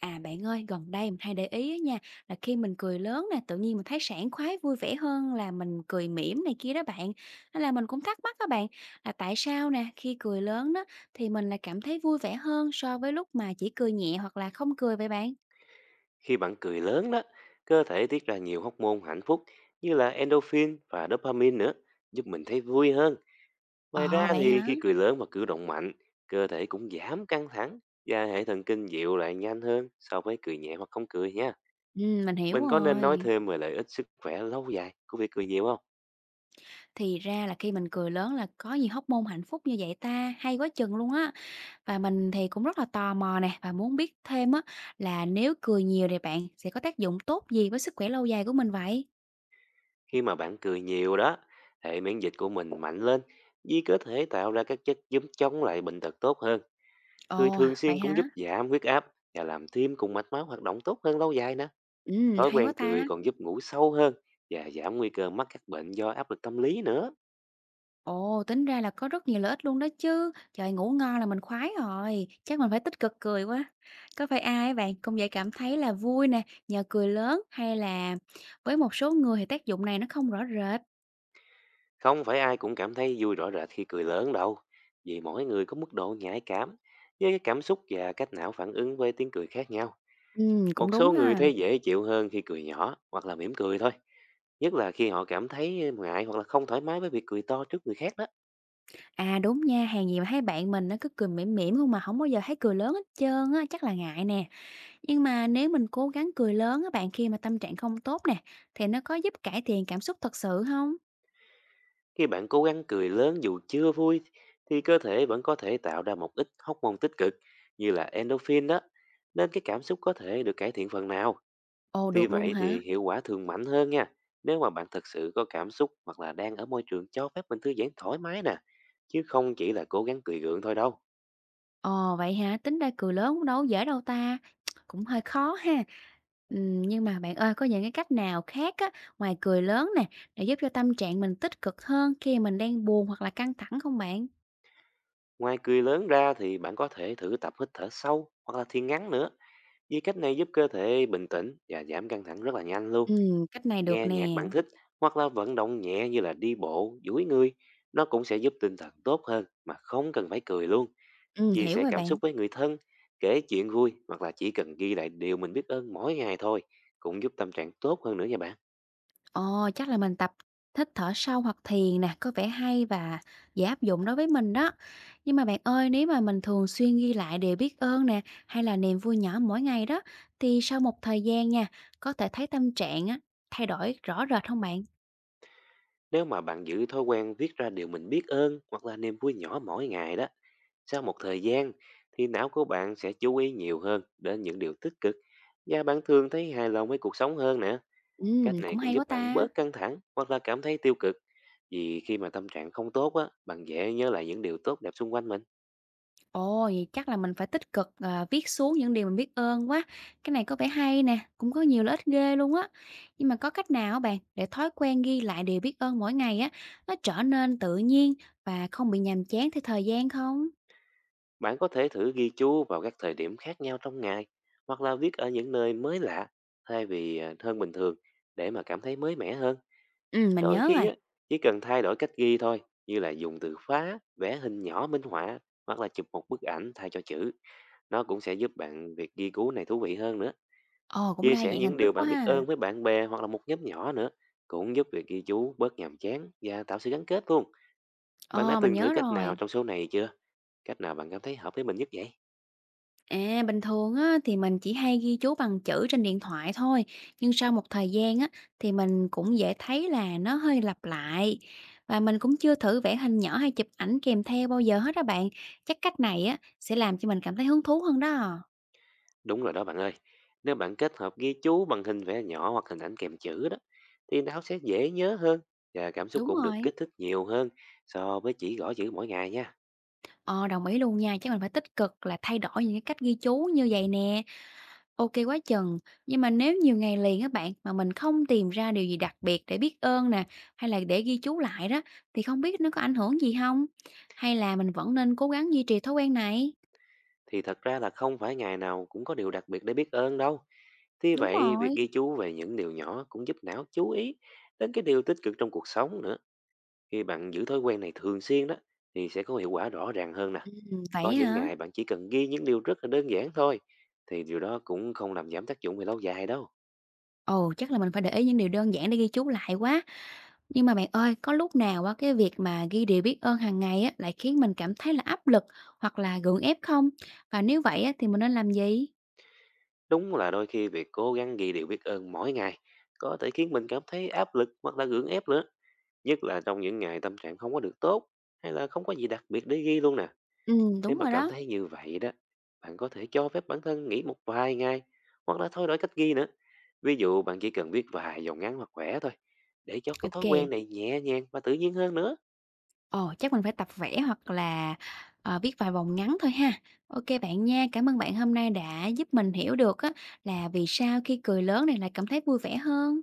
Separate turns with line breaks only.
À, bạn ơi, gần đây mình hay để ý á nha, là khi mình cười lớn nè, tự nhiên mình thấy sảng khoái vui vẻ hơn là mình cười mỉm này kia đó bạn. Nên là mình cũng thắc mắc các bạn là tại sao nè, khi cười lớn đó thì mình lại cảm thấy vui vẻ hơn so với lúc mà chỉ cười nhẹ hoặc là không cười vậy bạn?
Khi bạn cười lớn đó, cơ thể tiết ra nhiều hormone hạnh phúc như là endorphin và dopamine nữa, giúp mình thấy vui hơn. Ngoài ra
Ờ vậy
thì
hả?
khi cười lớn và cử động mạnh, cơ thể cũng giảm căng thẳng và hệ thần kinh dịu lại nhanh hơn so với cười nhẹ hoặc không cười nha.
Ừ, mình hiểu
Mình có nên nói
rồi.
thêm về lợi ích sức khỏe lâu dài của việc cười nhiều không?
Thì ra là khi mình cười lớn là có nhiều hormone hạnh phúc như vậy ta, hay quá chừng luôn á. Và mình thì cũng rất là tò mò nè và muốn biết thêm á là nếu cười nhiều thì bạn sẽ có tác dụng tốt gì với sức khỏe lâu dài của mình vậy?
Khi mà bạn cười nhiều đó, hệ miễn dịch của mình mạnh lên vì cơ thể tạo ra các chất giúp chống lại bệnh tật tốt hơn. Cười
Ồ,
thường
vậy
xuyên cũng giúp
hả?
giảm huyết áp và làm tim cùng mạch máu hoạt động tốt hơn lâu dài nè.
Ừ,
Thói
hay quá
quen cười
ta.
còn giúp ngủ sâu hơn và giảm nguy cơ mắc các bệnh do áp lực tâm lý nữa.
Ồ, tính ra là có rất nhiều lợi ích luôn đó chứ. Trời, ngủ ngon là mình khoái rồi. Chắc mình phải tích cực cười quá. Có phải ai á bạn cũng vậy cảm thấy là vui nè, nhờ cười lớn hay là với một số người thì tác dụng này nó không rõ rệt.
Không phải ai cũng cảm thấy vui rõ rệt khi cười lớn đâu, vì mỗi người có mức độ nhạy cảm với cái cảm xúc và cách não phản ứng với tiếng cười khác nhau.
Ừ, cũng
Một
đúng
số người
ha.
thấy dễ chịu hơn khi cười nhỏ hoặc là mỉm cười thôi, nhất là khi họ cảm thấy ngại hoặc là không thoải mái với việc cười to trước người khác đó.
À đúng nha, hàng gì mà thấy bạn mình nó cứ cười mỉm mỉm không mà không bao giờ thấy cười lớn hết trơn á, chắc là ngại nè. Nhưng mà nếu mình cố gắng cười lớn á bạn khi mà tâm trạng không tốt nè, thì nó có giúp cải thiện cảm xúc thật sự không?
Khi bạn cố gắng cười lớn dù chưa vui thì cơ thể vẫn có thể tạo ra một ít hormone tích cực như là endorphin đó, nên cái cảm xúc có thể được cải thiện phần nào.
Ồ,
Tuy
được luôn
vậy
hả?
thì hiệu quả thường mạnh hơn nha, nếu mà bạn thực sự có cảm xúc hoặc là đang ở môi trường cho phép mình thư giãn thoải mái nè, chứ không chỉ là cố gắng cười gượng thôi đâu.
Ồ, vậy hả? Tính ra cười lớn cũng đâu dễ đâu ta, cũng hơi khó ha. Nhưng mà bạn ơi, có những cái cách nào khác á, ngoài cười lớn nè, để giúp cho tâm trạng mình tích cực hơn khi mình đang buồn hoặc là căng thẳng không bạn?
Ngoài cười lớn ra thì bạn có thể thử tập hít thở sâu hoặc là thiền ngắn nữa, vì cách này giúp cơ thể bình tĩnh và giảm căng thẳng rất là nhanh luôn.
Cách này được
Nghe
nè.
nhạc bạn thích hoặc là vận động nhẹ như là đi bộ, duỗi người, nó cũng sẽ giúp tinh thần tốt hơn mà không cần phải cười luôn. Chia
Hiểu
sẻ
rồi
cảm
bạn.
xúc với người thân, kể chuyện vui hoặc là chỉ cần ghi lại điều mình biết ơn mỗi ngày thôi cũng giúp tâm trạng tốt hơn nữa nha bạn.
Ồ, chắc là mình tập hít thở sâu hoặc thiền nè, có vẻ hay và dễ áp dụng đối với mình đó. Nhưng mà bạn ơi, nếu mà mình thường xuyên ghi lại điều biết ơn nè, hay là niềm vui nhỏ mỗi ngày đó, thì sau một thời gian nha, có thể thấy tâm trạng á, thay đổi rõ rệt không bạn?
Nếu mà bạn giữ thói quen viết ra điều mình biết ơn hoặc là niềm vui nhỏ mỗi ngày đó, sau một thời gian thì não của bạn sẽ chú ý nhiều hơn đến những điều tích cực và bạn thường thấy hài lòng với cuộc sống hơn nữa.
Ừ,
Cách này
cũng
cũng
hay
giúp
quá
bạn
ta.
bớt căng thẳng hoặc là cảm thấy tiêu cực. Vì khi mà tâm trạng không tốt á, bạn dễ nhớ lại những điều tốt đẹp xung quanh mình.
Ồ, vậy chắc là mình phải tích cực, viết xuống những điều mình biết ơn quá. Cái này có vẻ hay nè, cũng có nhiều lợi ích ghê luôn á. Nhưng mà có cách nào á bạn để thói quen ghi lại điều biết ơn mỗi ngày á, nó trở nên tự nhiên và không bị nhàm chán theo thời gian không?
Bạn có thể thử ghi chú vào các thời điểm khác nhau trong ngày hoặc là viết ở những nơi mới lạ thay vì hơn bình thường để mà cảm thấy mới mẻ hơn.
Mình
Đôi
nhớ
khi
rồi.
á, chỉ cần thay đổi cách ghi thôi, như là dùng từ phá, vẽ hình nhỏ minh họa hoặc là chụp một bức ảnh thay cho chữ. Nó cũng sẽ giúp bạn việc ghi chú này thú vị hơn nữa.
Ồ, cũng
Chia
đa
sẻ
dạng hình
những
thức
điều
quá
bạn biết
ha.
ơn với bạn bè hoặc là một nhóm nhỏ nữa cũng giúp việc ghi chú bớt nhàm chán và tạo sự gắn kết luôn. Bạn đã
Ờ, mình
từng thử
nhớ
cách nào
rồi.
trong số này chưa? Cách nào bạn cảm thấy hợp với mình nhất vậy?
À, bình thường á, thì mình chỉ hay ghi chú bằng chữ trên điện thoại thôi, nhưng sau một thời gian á, thì mình cũng dễ thấy là nó hơi lặp lại. Và mình cũng chưa thử vẽ hình nhỏ hay chụp ảnh kèm theo bao giờ hết đó bạn. Chắc cách này á, sẽ làm cho mình cảm thấy hứng thú hơn đó.
Đúng rồi đó bạn ơi. Nếu bạn kết hợp ghi chú bằng hình vẽ nhỏ hoặc hình ảnh kèm chữ đó thì não sẽ dễ nhớ hơn và cảm xúc
Đúng
cũng được
rồi.
kích thích nhiều hơn so với chỉ gõ chữ mỗi ngày nha.
Ờ, đồng ý luôn nha, chắc mình phải tích cực là thay đổi những cái cách ghi chú như vậy nè. Ok quá chừng. Nhưng mà nếu nhiều ngày liền các bạn, mà mình không tìm ra điều gì đặc biệt để biết ơn nè, hay là để ghi chú lại đó, thì không biết nó có ảnh hưởng gì không. Hay là mình vẫn nên cố gắng duy trì thói quen này?
Thì thật ra là không phải ngày nào cũng có điều đặc biệt để biết ơn đâu. Thế
Đúng
vậy, việc
rồi.
ghi chú về những điều nhỏ cũng giúp não chú ý đến cái điều tích cực trong cuộc sống nữa. Khi bạn giữ thói quen này thường xuyên đó thì sẽ có hiệu quả rõ ràng hơn nè. Có
Vậy
những
hả?
ngày bạn chỉ cần ghi những điều rất là đơn giản thôi thì điều đó cũng không làm giảm tác dụng về lâu dài đâu.
Ồ, chắc là mình phải để ý những điều đơn giản để ghi chú lại quá. Nhưng mà bạn ơi, có lúc nào á cái việc mà ghi điều biết ơn hàng ngày á lại khiến mình cảm thấy là áp lực hoặc là gượng ép không? Và nếu vậy á thì mình nên làm gì?
Đúng là đôi khi việc cố gắng ghi điều biết ơn mỗi ngày có thể khiến mình cảm thấy áp lực hoặc là gượng ép nữa. Nhất là trong những ngày tâm trạng không có được tốt hay là không có gì đặc biệt để ghi luôn nè.
Ừ,
Nếu
đúng
mà
rồi
cảm
đó.
thấy như vậy đó, bạn có thể cho phép bản thân nghỉ một vài ngày hoặc là thay đổi cách ghi nữa. Ví dụ bạn chỉ cần viết vài dòng ngắn hoặc khỏe thôi để cho cái thói quen
Ok.
này nhẹ nhàng và tự nhiên hơn nữa.
Ồ, chắc mình phải tập vẽ hoặc là viết vài vòng ngắn thôi ha. Ok bạn nha, cảm ơn bạn hôm nay đã giúp mình hiểu được á là vì sao khi cười lớn này lại cảm thấy vui vẻ hơn.